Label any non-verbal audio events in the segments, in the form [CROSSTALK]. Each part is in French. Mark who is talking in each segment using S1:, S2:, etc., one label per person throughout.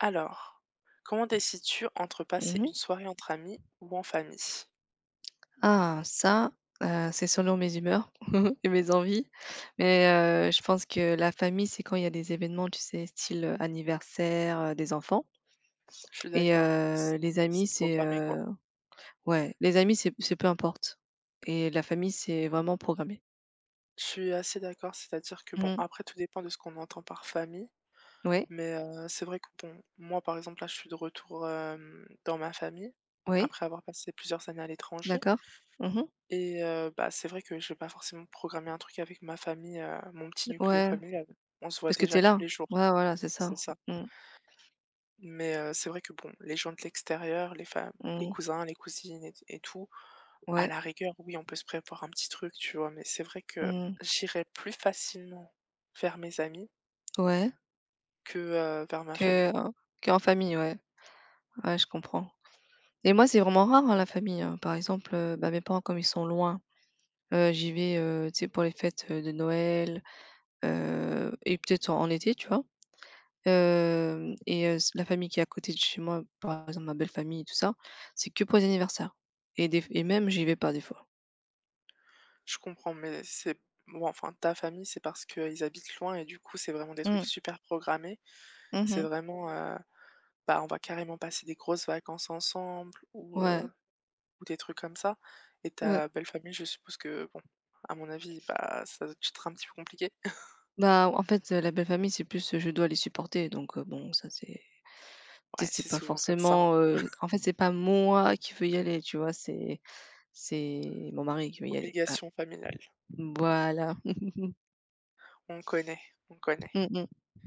S1: Alors, comment décides-tu entre
S2: Mmh
S1: passer
S2: mh.
S1: une soirée entre amis ou en famille?
S2: Ah ça, c'est selon mes humeurs [LAUGHS] et mes envies, mais je pense que la famille, c'est quand il y a des événements, tu sais, style, anniversaire, des enfants
S1: Je suis
S2: et
S1: d'accord, c'est
S2: les amis,
S1: c'est
S2: c'est,
S1: programmé quoi.
S2: heu ouais, les amis, c'est peu importe et la famille, c'est vraiment programmé.
S1: Je suis assez d'accord, c'est-à-dire que bon,
S2: Mmh.
S1: après tout dépend de ce qu'on entend par famille,
S2: Oui,
S1: mais c'est vrai que bon, moi par exemple là je suis de retour dans ma famille
S2: oui,
S1: après avoir passé plusieurs années à l'étranger
S2: d'accord. Mmh mh.
S1: et bah c'est vrai que je vais pas forcément programmer un truc avec ma famille, mon petit nucléo
S2: Ouais,
S1: familial. On se voit
S2: parce que tu es
S1: déjà tous
S2: là.
S1: les jours,
S2: Ouais, voilà, c'est ça.
S1: c'est ça.
S2: Mmh,
S1: Mais c'est vrai que bon, les gens de l'extérieur, les femmes, les
S2: mmh,
S1: cousins, les cousines et tout, à
S2: ouais,
S1: la rigueur, oui, on peut se prévoir un petit truc, tu vois? Mais c'est vrai que
S2: mmh,
S1: j'irai plus facilement vers mes amis
S2: ouais,
S1: que, vers ma famille.
S2: que qu'en famille, ouais. Ouais, je comprends. Et moi, c'est vraiment rare, hein, la famille, hein. Par exemple, bah, mes parents comme ils sont loin, j'y vais, tu sais, pour les fêtes, de Noël, et peut-être en été, tu vois? Hem et s la famille qui est à côté de chez moi, par exemple ma belle famille et tout ça, c'est que pour les anniversaires et même j'y vais pas des fois.
S1: Je comprends, mais c'est bon, enfin ta famille, c'est parce qu'ils habitent loin et du coup, c'est vraiment des trucs
S2: Mmh.
S1: super programmés. C'est
S2: Mmh.
S1: vraiment, bah, on va carrément passer des grosses vacances ensemble ou heu,
S2: Ouais,
S1: ou des trucs comme ça et
S2: ouais.
S1: ta belle famille, je suppose que bon, à mon avis, bah, ça doit être un petit peu compliqué.
S2: Bah, en fait, la belle famille, c'est plus, je dois les supporter donc bon, ça c'est tu
S1: Ouais,
S2: sais, c'est
S1: c'est
S2: pas
S1: souvent comme ça, hein.
S2: forcément, en fait, c'est pas moi qui veux y aller, tu vois? C'est mon mari qui veut y aller. Voilà.
S1: Obligation familiale.
S2: Voilà,
S1: On connaît, on connaît.
S2: mmh, mmh, mmh.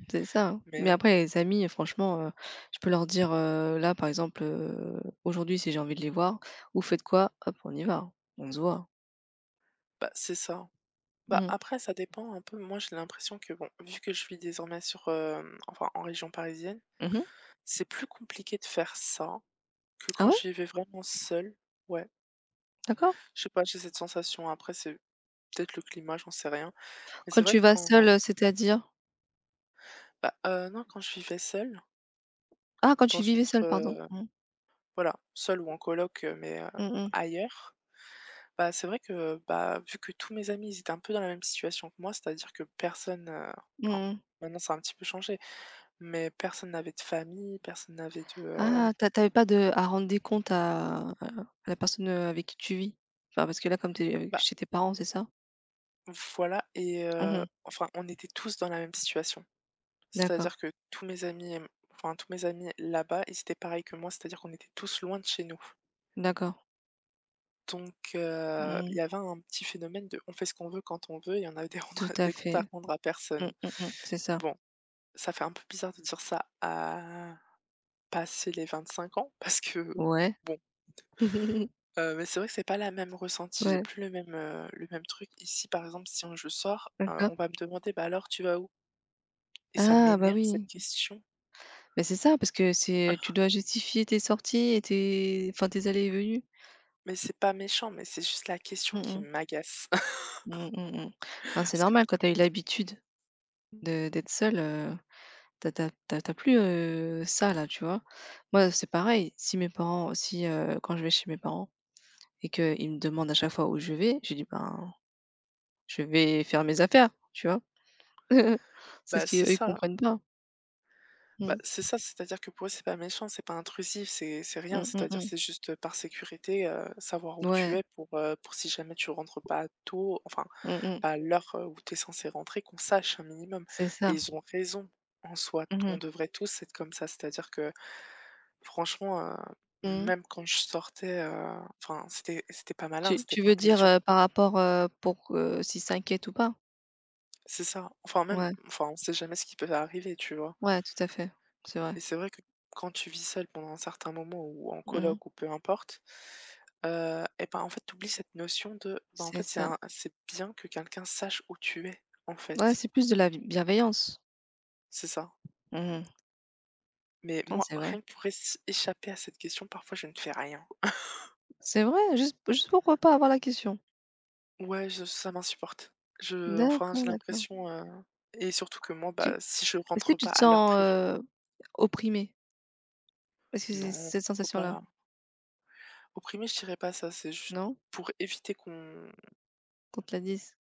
S2: C'est ça, hein. Mais
S1: Mais
S2: après les amis, franchement, je peux leur dire, là, par exemple, aujourd'hui, si j'ai envie de les voir, vous faites quoi? Hop, on y va, on se voit.
S1: bah, c'est ça. Bah,
S2: Mmh.
S1: après, ça dépend un peu. Moi, j'ai l'impression que, bon, vu que je vis désormais enfin, en région parisienne,
S2: Mmh.
S1: c'est plus compliqué de faire ça que
S2: Ah
S1: quand
S2: ouais?
S1: je vivais vraiment seule. Ouais,
S2: D'accord.
S1: je sais pas, j'ai cette sensation. Après, c'est peut-être le climat, j'en sais rien. Mais
S2: Quand
S1: c'est vrai
S2: tu
S1: que
S2: vas seul,
S1: quand,
S2: c'est-à-dire?
S1: bah, non, quand je vivais seule,
S2: Ah, quand
S1: dans
S2: tu
S1: une
S2: vivais
S1: autre,
S2: seul, pardon. Mmh.
S1: voilà, seule ou en coloc, mais
S2: Mmh mh.
S1: ailleurs. Bah, c'est vrai que, bah, vu que tous mes amis, ils étaient un peu dans la même situation que moi, c'est-à-dire que personne,
S2: Mmh
S1: enfin,
S2: mmh.
S1: maintenant ça a un petit peu changé, mais personne n'avait de famille, personne n'avait de,
S2: Ah, tu a pas de à rendre des comptes à la personne, avec qui tu vis? Enfin, parce que là, comme t'es,
S1: bah,
S2: chez tes parents, c'est ça?
S1: voilà et
S2: Mmh.
S1: enfin, on était tous dans la même situation.
S2: D'accord,
S1: C'est-à-dire que tous mes amis et m enfin, tous mes amis là-bas, ils étaient pareils que moi, c'est-à-dire qu'on était tous loin de chez nous.
S2: d'accord.
S1: Donc il y
S2: Mmh.
S1: avait un petit phénomène de on fait ce qu'on veut quand on veut et on a des [LAUGHS]
S2: Tout
S1: rendre
S2: à
S1: des comptes à
S2: fait.
S1: rendre à
S2: Mmh,
S1: personne.
S2: mmh mh. C'est ça.
S1: Bon, ça fait un peu bizarre de dire ça à passer les 25 ans parce que
S2: Ouais.
S1: bon,
S2: [LAUGHS]
S1: mais c'est vrai que c'est pas la même ressenti, j'ai
S2: Ouais,
S1: plus le même truc. Ici, par exemple, si on je sors,
S2: d'accord.
S1: on va me demander: «Bah, alors tu vas où?» et ça
S2: Ah bah
S1: m'énerve cette
S2: oui,
S1: question.
S2: mais c'est ça parce que c'est tu
S1: [LAUGHS]
S2: dois justifier tes sorties et tes enfin tes allées et venues.
S1: Mais c'est pas méchant, mais c'est juste la question
S2: Mmh
S1: qui
S2: mh.
S1: m'agace. [LAUGHS]
S2: Mmh, mmh, mmh. Enfin, c'est
S1: Parce que
S2: normal quand t'as eu l'habitude de d'être seule, t'as t'as tu as plus, ça là, tu vois? Moi, c'est pareil, si mes parents si, quand je vais chez mes parents et qu'ils me demandent à chaque fois où je vais, je dis: «Ben, je vais faire mes affaires», tu vois? [LAUGHS] C'est ce
S1: bah, c'est
S2: qu'ils
S1: ça,
S2: comprennent pas.
S1: bah,
S2: Mmh.
S1: c'est ça, c'est-à-dire que pour eux, c'est pas méchant, c'est pas intrusif, c'est rien,
S2: Mmh, mmh
S1: c'est-à-dire
S2: mh.
S1: c'est juste, par sécurité, savoir où tu
S2: Ouais.
S1: es pour, pour si jamais tu rentres pas tôt, enfin
S2: Mmh mh.
S1: à l'heure, où tu es censé rentrer, qu'on sache un minimum
S2: C'est
S1: et
S2: ça.
S1: ils ont raison en soi. On
S2: Mmh.
S1: devrait tous être comme ça, c'est-à-dire que franchement,
S2: Mmh.
S1: même quand je sortais, enfin, c'était pas malin,
S2: Tu
S1: c'était
S2: tu
S1: pas
S2: veux dire,
S1: intelligent.
S2: par rapport, pour que s'ils s'inquiètent ou pas?
S1: C'est ça. Enfin même,
S2: Ouais,
S1: enfin, on sait jamais ce qui peut arriver, tu vois?
S2: ouais, tout à fait, c'est vrai.
S1: Et c'est vrai que quand tu vis seul pendant un certain moment ou en
S2: Mmh.
S1: coloc ou peu importe, et ben, en fait, tu oublies cette notion de, ben, en
S2: C'est
S1: fait,
S2: ça.
S1: c'est bien que quelqu'un sache où tu es, en
S2: Ouais,
S1: fait.
S2: c'est plus de la b bienveillance.
S1: C'est ça.
S2: Mmh.
S1: Mais
S2: Non,
S1: moi,
S2: c'est vrai.
S1: rien que pour ess échapper à cette question, parfois je ne fais rien.
S2: C'est vrai, juste pour pas avoir la question.
S1: Ouais, je ça m'insupporte. Je enfin,
S2: D'accord,
S1: j'ai
S2: d'accord.
S1: l'impression, et surtout que moi,
S2: Tu
S1: bah, si je
S2: est-ce que
S1: rentre
S2: tu
S1: pas
S2: te
S1: à l'heure
S2: sens,
S1: prévue
S2: opprimée? Est-ce que c'est
S1: non,
S2: cette
S1: faut
S2: sensation-là?
S1: pas opprimer, je dirais pas ça, c'est juste
S2: Non?
S1: pour éviter qu'on
S2: Qu'on te la dise?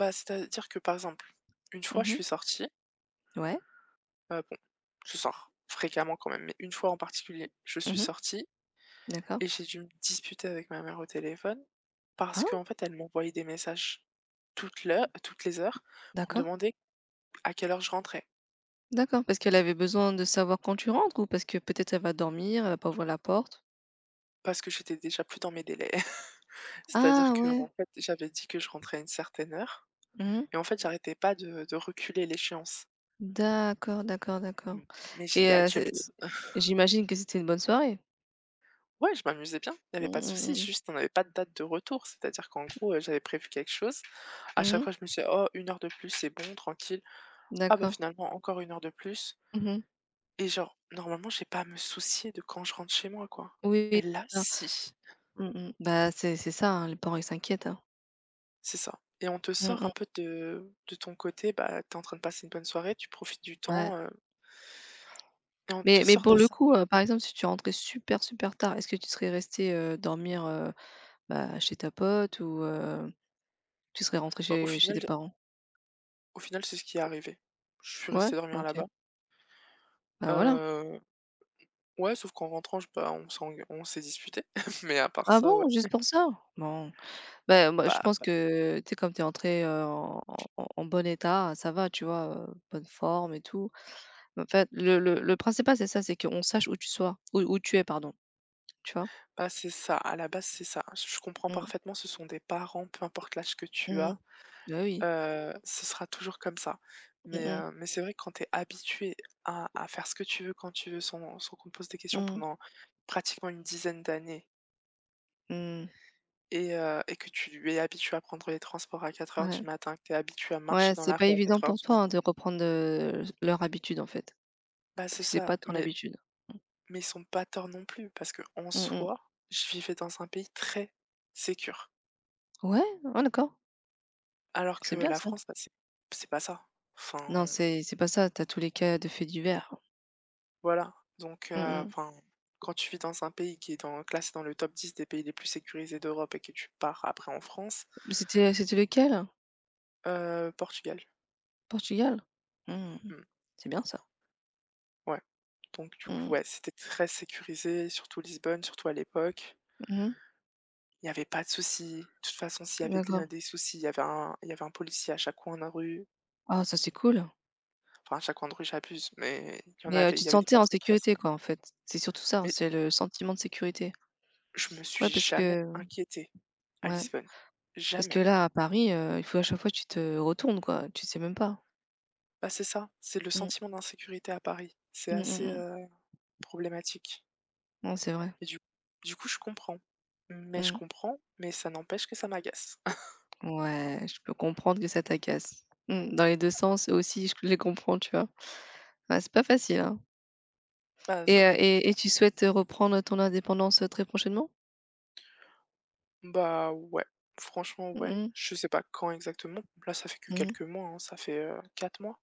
S1: bah, c'est-à-dire que, par exemple, une fois je
S2: Mmh.
S1: suis sortie,
S2: Ouais.
S1: bon, je sors fréquemment quand même, mais une fois en particulier, je suis
S2: Mmh.
S1: sortie
S2: D'accord.
S1: et j'ai dû me disputer avec ma mère au téléphone parce
S2: Ah!
S1: qu'en fait, elle m'envoyait des messages toutes les heures pour me
S2: D'accord,
S1: demander à quelle heure je rentrais,
S2: d'accord. Parce qu'elle avait besoin de savoir quand tu rentres ou parce que peut-être elle va dormir, elle va pas ouvrir la porte?
S1: parce que j'étais déjà plus dans mes délais. [LAUGHS] C'est-à-dire
S2: Ah
S1: que
S2: ouais.
S1: en fait, j'avais dit que je rentrais à une certaine heure
S2: Mmh.
S1: et en fait, j'arrêtais pas de reculer l'échéance.
S2: D'accord, d'accord, d'accord
S1: Mmh, mais
S2: et
S1: j'étais
S2: c'est
S1: adulte. [LAUGHS]
S2: j'imagine que c'était une bonne soirée?
S1: Ouais, je m'amusais bien, il n'y
S2: Mmh
S1: avait pas de
S2: mh, mmh
S1: souci,
S2: mh.
S1: juste on n'avait pas de date de retour. C'est-à-dire qu'en gros, j'avais prévu quelque chose, à chaque
S2: Mmh.
S1: fois je me disais: «Oh une heure de plus, c'est bon, tranquille. Ah bah,
S2: D'accord.
S1: finalement encore une heure de plus»
S2: Mmh.
S1: et genre normalement j'ai pas à me soucier de quand je rentre chez moi, quoi
S2: Oui, oui,
S1: et là
S2: c'est ça.
S1: si.
S2: Mmh mh. Bah, c'est ça, hein, les parents ils s'inquiètent, hein.
S1: C'est ça et on te
S2: Mmh
S1: sort
S2: mh.
S1: un peu de ton côté, bah, t'es en train de passer une bonne soirée, tu profites du
S2: Ouais,
S1: temps, et on te
S2: mais
S1: sort
S2: pour
S1: de
S2: le
S1: ça.
S2: coup, par exemple, si tu rentrais super, super tard, est-ce que tu serais restée, dormir, bah, chez ta pote ou tu serais rentrée
S1: Bah, au
S2: chez
S1: final
S2: tes parents?
S1: au final, c'est ce qui est arrivé. Je suis
S2: Ouais?
S1: resté dormir
S2: OK.
S1: là-bas.
S2: Bah, voilà.
S1: Heu, ouais, sauf qu'en rentrant, je bah, on s'est disputé. [LAUGHS] mais à part
S2: Ah
S1: ça, ouais.
S2: bon? Juste pour ça? Bon. Bah, moi, je
S1: Bah
S2: pense
S1: bah
S2: que, tu sais, comme tu es entrée, en bon état, ça va, tu vois, bonne forme et tout. Mais en fait, le principal, c'est ça, c'est qu'on sache où tu es, pardon, tu vois?
S1: bah, c'est ça, à la base, c'est ça. Je comprends
S2: Mmh.
S1: parfaitement, ce sont des parents, peu importe l'âge que tu
S2: Mmh.
S1: as.
S2: Bah, oui.
S1: Ce sera toujours comme ça.
S2: Mmh mh.
S1: Mais c'est vrai que quand tu es habitué à faire ce que tu veux, quand tu veux, sans qu'on te pose des questions
S2: Mmh.
S1: pendant pratiquement une dizaine d'années
S2: Mmh.
S1: et que tu es habitué à prendre les transports à quatre heures du
S2: Ouais.
S1: matin, que tu es habitué à
S2: Ouais,
S1: marcher dans
S2: c'est
S1: la
S2: pas
S1: rue à
S2: évident
S1: quatre heures
S2: pour
S1: du
S2: toi, hein,
S1: matin.
S2: de reprendre, leur habitude, en fait,
S1: Bah,
S2: parce
S1: c'est
S2: que c'est
S1: ça,
S2: pas ton
S1: mais
S2: habitude.
S1: mais ils sont pas torts non plus parce que en
S2: Mmh mh.
S1: soi, je vivais dans un pays très sécure.
S2: Ouais? Ah d'accord,
S1: Alors que
S2: c'est bien
S1: la
S2: ça.
S1: France, bah, c'est pas ça. Enfin
S2: Non, c'est pas ça, t'as tous les cas de faits divers.
S1: voilà, donc
S2: Mmh mh.
S1: enfin, quand tu vis dans un pays qui est dans classé dans le top 10 des pays les plus sécurisés d'Europe et que tu pars après en France,
S2: C'était lequel?
S1: Portugal.
S2: Portugal? Mmh.
S1: Mmh,
S2: C'est bien ça.
S1: ouais. Donc du coup,
S2: Mmh.
S1: ouais, c'était très sécurisé, surtout Lisbonne, surtout à l'époque.
S2: Mmh.
S1: Il n'y avait pas de soucis. De toute façon, s'il y avait
S2: D'accord.
S1: des soucis, il y avait un policier à chaque coin de rue.
S2: Ah ça c'est cool,
S1: Enfin, à chaque coin de rue, j'abuse, mais il y en
S2: mais
S1: avait,
S2: tu
S1: il y
S2: te
S1: avait des
S2: sentais en
S1: patrouilles qui
S2: sécurité
S1: passaient.
S2: quoi en fait? C'est surtout ça, hein,
S1: Mais
S2: c'est le sentiment de sécurité.
S1: je me
S2: Ouais
S1: suis
S2: parce
S1: jamais
S2: que
S1: inquiétée à
S2: ouais,
S1: Lisbonne.
S2: parce que
S1: Jamais.
S2: là à Paris, il faut à chaque fois que tu te retournes quoi, tu sais même pas.
S1: Bah, c'est ça, c'est le
S2: Mmh.
S1: sentiment d'insécurité à Paris. C'est
S2: Mmh, mmh
S1: assez,
S2: mh.
S1: problématique
S2: Non c'est vrai.
S1: et du coup, je comprends. Mais je
S2: Mmh.
S1: comprends, mais ça n'empêche que ça m'agace. [LAUGHS]
S2: Ouais, je peux comprendre que ça t'agace. Mmh, dans les 2 sens, eux aussi je les comprends, tu vois? Ouais, c'est pas facile, hein
S1: Bah, z
S2: et heu
S1: ouais.
S2: et et tu souhaites, reprendre ton indépendance, très prochainement?
S1: Bah, ouais, franchement,
S2: Mmh
S1: ouais.
S2: mh.
S1: Je sais pas quand exactement. Là, ça fait que
S2: Mmh.
S1: quelques mois, hein, ça fait, 4 mois,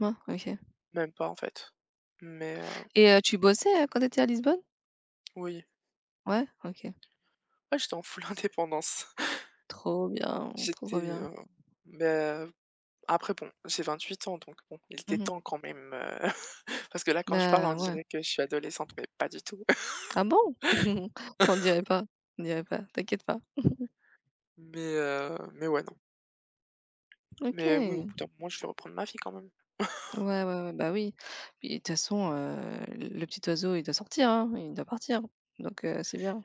S2: Mois? OK.
S1: même pas en fait. Mais,
S2: Et tu bossais, quand tu étais à Lisbonne?
S1: oui,
S2: Ouais? OK.
S1: ouais, j'étais en full [LAUGHS] indépendance. [LAUGHS]
S2: Trop bien, trop, trop
S1: J'étais,
S2: bien.
S1: bah, après bon, j'ai 28 ans donc bon, il était
S2: Mmh.
S1: temps quand même, [LAUGHS] parce que là, quand je parle, on
S2: Bah, ouais.
S1: dirait que je suis adolescente, mais pas du tout.
S2: Ah bon? [LAUGHS] On dirait pas, on dirait pas, t'inquiète pas.
S1: Mais ouais, non.
S2: OK.
S1: Mais oui, au
S2: Ouais,
S1: bout d'un moment, je vais reprendre ma vie quand même. [LAUGHS]
S2: ouais, ouais, bah, oui. Puis de toute façon, le petit oiseau, il doit sortir, hein, il doit partir, donc c'est bien.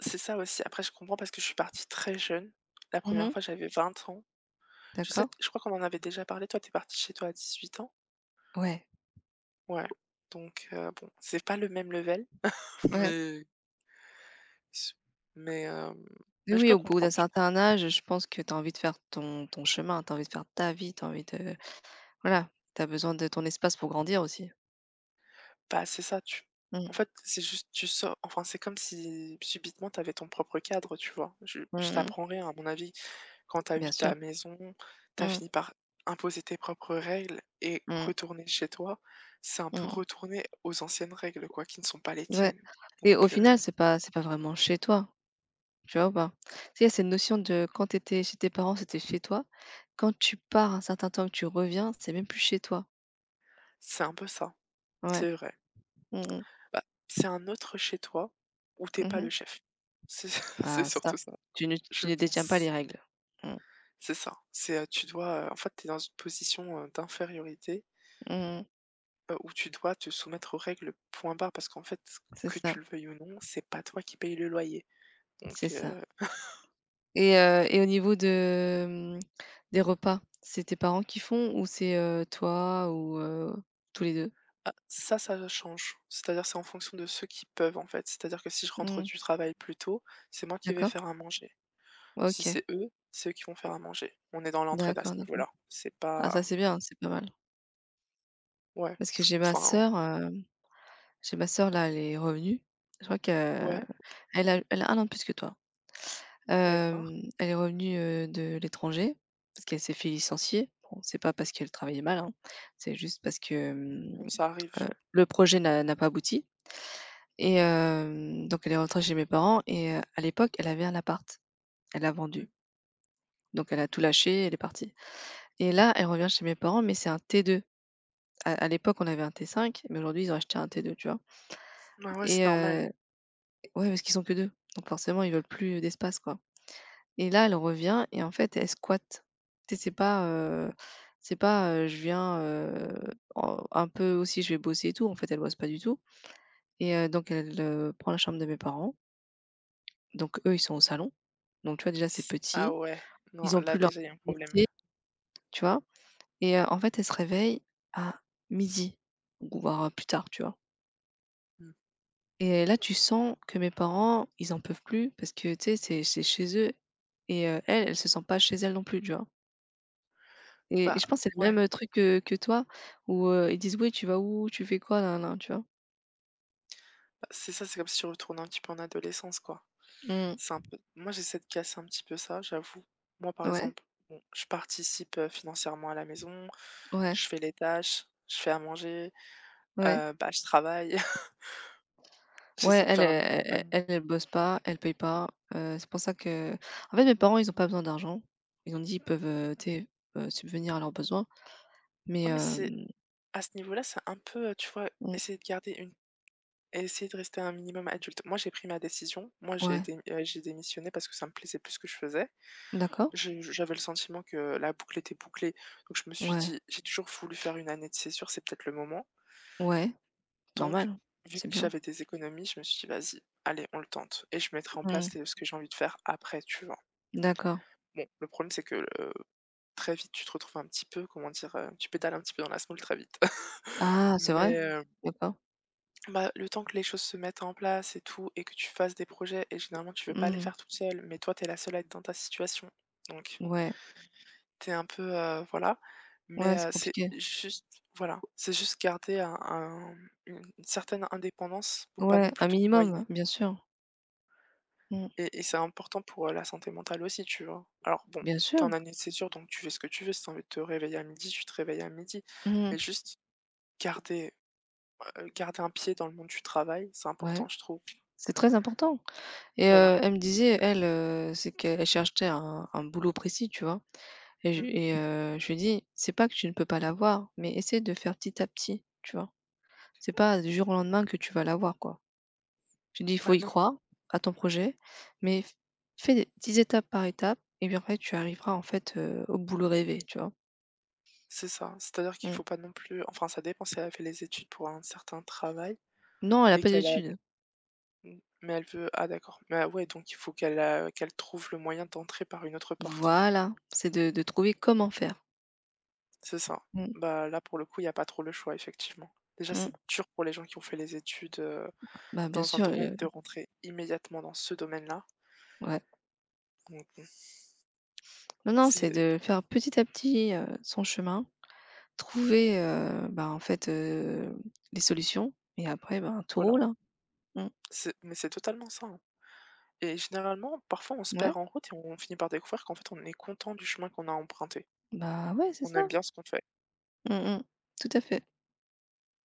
S1: C'est ça aussi, après je comprends parce que je suis partie très jeune. La première
S2: Mmh.
S1: fois, j'avais 20 ans.
S2: D'accord.
S1: Je crois qu'on en avait déjà parlé, toi, t'es partie chez toi à 18 ans?
S2: Ouais,
S1: Ouais, donc bon, c'est pas le même level, [LAUGHS]
S2: ouais.
S1: mais mais hem,
S2: Oui,
S1: mais je
S2: oui,
S1: peux
S2: au bout d'un
S1: comprendre du coup.
S2: certain âge, je pense que tu as envie de faire ton chemin, tu as envie de faire ta vie, tu as envie de voilà, tu as besoin de ton espace pour grandir aussi.
S1: Bah, c'est ça, tu
S2: Mmh.
S1: en fait, c'est juste tu sors enfin, c'est comme si subitement t'avais ton propre cadre, tu vois? Je
S2: Mmh mh.
S1: t'apprends rien à mon avis. Quand tu as eu
S2: Bien
S1: ta
S2: sûr.
S1: maison, tu as
S2: Mmh.
S1: fini par imposer tes propres règles et
S2: Mmh.
S1: retourner chez toi, c'est un peu
S2: Mmh.
S1: retourner aux anciennes règles, quoi, qui ne sont pas les
S2: Ouais
S1: tiennes.
S2: et au
S1: Donc,
S2: final, c'est pas vraiment chez toi, tu vois ou pas? Tu sais, il y a cette notion de quand tu étais chez tes parents, c'était chez toi. Quand tu pars un certain temps que tu reviens, c'est même plus chez toi.
S1: c'est un peu ça,
S2: Ouais.
S1: c'est vrai.
S2: Mmh mh.
S1: Bah, c'est un autre chez toi où t'es pas
S2: Mmh.
S1: le chef. C'est [LAUGHS] c'est
S2: Ah ça,
S1: surtout ça,
S2: tu ne
S1: je
S2: tu ne détiens pas
S1: pense.
S2: les règles. Mmh.
S1: C'est ça, c'est, tu dois, en fait, t'es dans une position, d'infériorité,
S2: Mmh.
S1: où tu dois te soumettre aux règles, point barre, parce qu'en fait,
S2: C'est
S1: que
S2: ça,
S1: tu le veuilles ou non, c'est pas toi qui paye le loyer.
S2: c'est
S1: Donc,
S2: ça et et au niveau de, mmh, des repas, c'est tes parents qui font ou c'est, toi ou tous les deux.
S1: Ah, ça change. C'est-à-dire, c'est en fonction de ceux qui peuvent, en fait. C'est-à-dire que si je rentre
S2: Mmh.
S1: du travail plus tôt, c'est moi qui vais
S2: D'accord.
S1: faire à manger. Si
S2: OK.
S1: c'est eux, c'est eux qui vont faire à manger. On est dans l'entraide à
S2: D'accord,
S1: ce
S2: d'accord.
S1: niveau-là. C'est
S2: Ah ça,
S1: pas.
S2: c'est bien, c'est pas mal.
S1: Ouais,
S2: Parce que j'ai ma
S1: enfin,
S2: sœur, j'ai ma sœur là, elle est revenue. Je crois qu'elle
S1: ouais,
S2: a elle a 1 an de plus que toi.
S1: d'accord.
S2: Elle est revenue, de l'étranger parce qu'elle s'est fait licencier. Bon, c'est pas parce qu'elle travaillait mal, hein, c'est juste parce que,
S1: On ça arrive.
S2: le projet n'a pas abouti et donc elle est rentrée chez mes parents et à l'époque, elle avait un appart. Elle l'a
S1: Mm.
S2: vendu, donc elle a tout lâché, elle est partie et là, elle revient chez mes parents mais c'est un T2. À l'époque, on avait un T5 mais aujourd'hui, ils ont acheté un T2, tu vois?
S1: Ah ouais, c'est
S2: Et
S1: normal.
S2: Ouais, parce qu'ils sont que 2, donc forcément ils veulent plus, d'espace, quoi. Et là, elle revient et en fait, elle squatte. Tu sais, c'est pas, je viens, en un peu aussi je vais bosser et tout, en fait, elle bosse pas du tout et donc elle, prend la chambre de mes parents, donc eux, ils sont au salon. Donc tu vois, déjà, c'est
S1: Ah
S2: petit,
S1: ouais, non,
S2: ils ont
S1: là,
S2: plus leur
S1: déjà, il y a un problème.
S2: intimité, tu vois? Et en fait, elle se réveille à midi, ou voire, plus tard, tu vois?
S1: Mm.
S2: Et là, tu sens que mes parents, ils en peuvent plus parce que, tu sais, c'est chez eux et elle, elle se sent pas chez elle non plus, tu vois? Et
S1: Bah,
S2: je pense que c'est le
S1: ouais,
S2: même, truc que toi où, ils disent: «Oui, tu vas où? Tu fais quoi? Nin, nin», tu vois?
S1: bah, c'est ça, c'est comme si je retourne un petit peu en adolescence, quoi.
S2: Mmh.
S1: C'est un peu moi j'essaie de casser un petit peu ça, j'avoue. Moi, par
S2: Ouais,
S1: exemple, bon, je participe, financièrement à la maison,
S2: ouais,
S1: je fais les tâches, je fais à manger,
S2: ouais.
S1: bah, je travaille, [LAUGHS]
S2: Ouais,
S1: j'essaie de
S2: elle, heu,
S1: faire un minimum ma
S2: elle
S1: non,
S2: elle elle bosse pas, elle paye pas, c'est pour ça que en fait, mes parents, ils ont pas besoin d'argent. Ils ont dit: «Ils peuvent, tu sais, subvenir à leurs besoins», mais
S1: mais c'est à ce niveau-là, c'est un peu, tu vois,
S2: mmh,
S1: essayer de garder une essayer de rester un minimum adulte. Moi, j'ai pris ma décision, moi j'ai
S2: ouais.
S1: dé heu, j'ai démissionné parce que ça me plaisait plus ce que je faisais.
S2: D'accord.
S1: Je j'avais le sentiment que la boucle était bouclée, donc je me suis
S2: Ouais,
S1: dit: «J'ai toujours voulu faire une année de césure, c'est peut-être le moment».
S2: ouais,
S1: Donc,
S2: normal,
S1: vu
S2: c'est
S1: que
S2: bien.
S1: j'avais des économies, je me suis dit: «Vas-y, allez, on le tente» et je mettrai en
S2: Mmh.
S1: place les ce que j'ai envie de faire après, tu vois?
S2: D'accord.
S1: Bon, le problème, c'est que, très vite, tu te retrouves un petit peu, comment dire? Tu pédales un petit peu dans la semoule très vite. [LAUGHS]
S2: Ah, c'est vrai?
S1: Mais, Mmh.
S2: D'accord.
S1: Bah, le temps que les choses se mettent en place et tout et que tu fasses des projets et généralement, tu veux pas les
S2: Mmh.
S1: faire toute seule, mais toi, t'es la seule à être dans ta situation. Donc,
S2: Ouais,
S1: t'es un peu, voilà, mais,
S2: ouais, c'est
S1: c'est
S2: compliqué.
S1: juste voilà, c'est juste garder un une certaine indépendance pour pas
S2: Ouais,
S1: non plus
S2: un
S1: te
S2: minimum,
S1: noyer.
S2: bien sûr. Mmh.
S1: Et c'est important pour, la santé mentale aussi, tu vois? Alors bon,
S2: Bien
S1: tu es en
S2: sûr.
S1: année de césure, donc tu fais ce que tu veux. Si t'as envie de te réveiller à midi, tu te réveilles à midi.
S2: Mmh.
S1: Mais juste garder, garder un pied dans le monde du travail, c'est
S2: Ouais,
S1: important, je trouve.
S2: c'est très important et
S1: Voilà.
S2: elle me disait, elle, c'est qu'elle cherchait un boulot précis, tu vois? Et je
S1: Mmh.
S2: et heu, je lui ai dit: «C'est pas que tu ne peux pas l'avoir, mais essaie de faire petit à petit», tu vois? C'est pas du jour au lendemain que tu vas l'avoir, quoi. Je lui ai dit: «Il faut
S1: Bah,
S2: y
S1: non,
S2: croire à ton projet, mais f fais des petites étapes par étape et puis après tu arriveras en fait, au boulot rêvé», tu vois?
S1: c'est ça. C'est-à-dire qu'il
S2: Mmh.
S1: faut pas non plus enfin, ça dépend si elle a fait les études pour un certain travail
S2: Non, elle a
S1: et
S2: pas
S1: qu'elle a
S2: d'études.
S1: mmh, mais elle veut ah d'accord. Mais ouais, donc il faut qu'elle trouve le moyen d'entrer par une autre porte.
S2: Voilà, c'est de trouver comment faire.
S1: C'est ça.
S2: Mmh
S1: Bah, là, pour le coup, il y a pas trop le choix, effectivement. Déjà,
S2: mh.
S1: c'est dur pour les gens qui ont fait les études,
S2: Bah, bien
S1: dans un
S2: sûr,
S1: domaine de rentrer immédiatement dans ce domaine-là.
S2: ouais.
S1: Donc bon,
S2: Non, non, c'est
S1: c'est
S2: de faire petit à petit, son chemin, trouver, bah, en fait, les solutions et après, bah tout roule,
S1: voilà,
S2: hein. Mmh.
S1: c'est mais c'est totalement ça, hein. Et généralement, parfois, on se
S2: Ouais,
S1: perd en route et on finit par découvrir qu'en fait, on est content du chemin qu'on a emprunté.
S2: bah, ouais, c'est
S1: On aime
S2: ça.
S1: bien ce qu'on fait.
S2: Mmh mh. Tout à fait.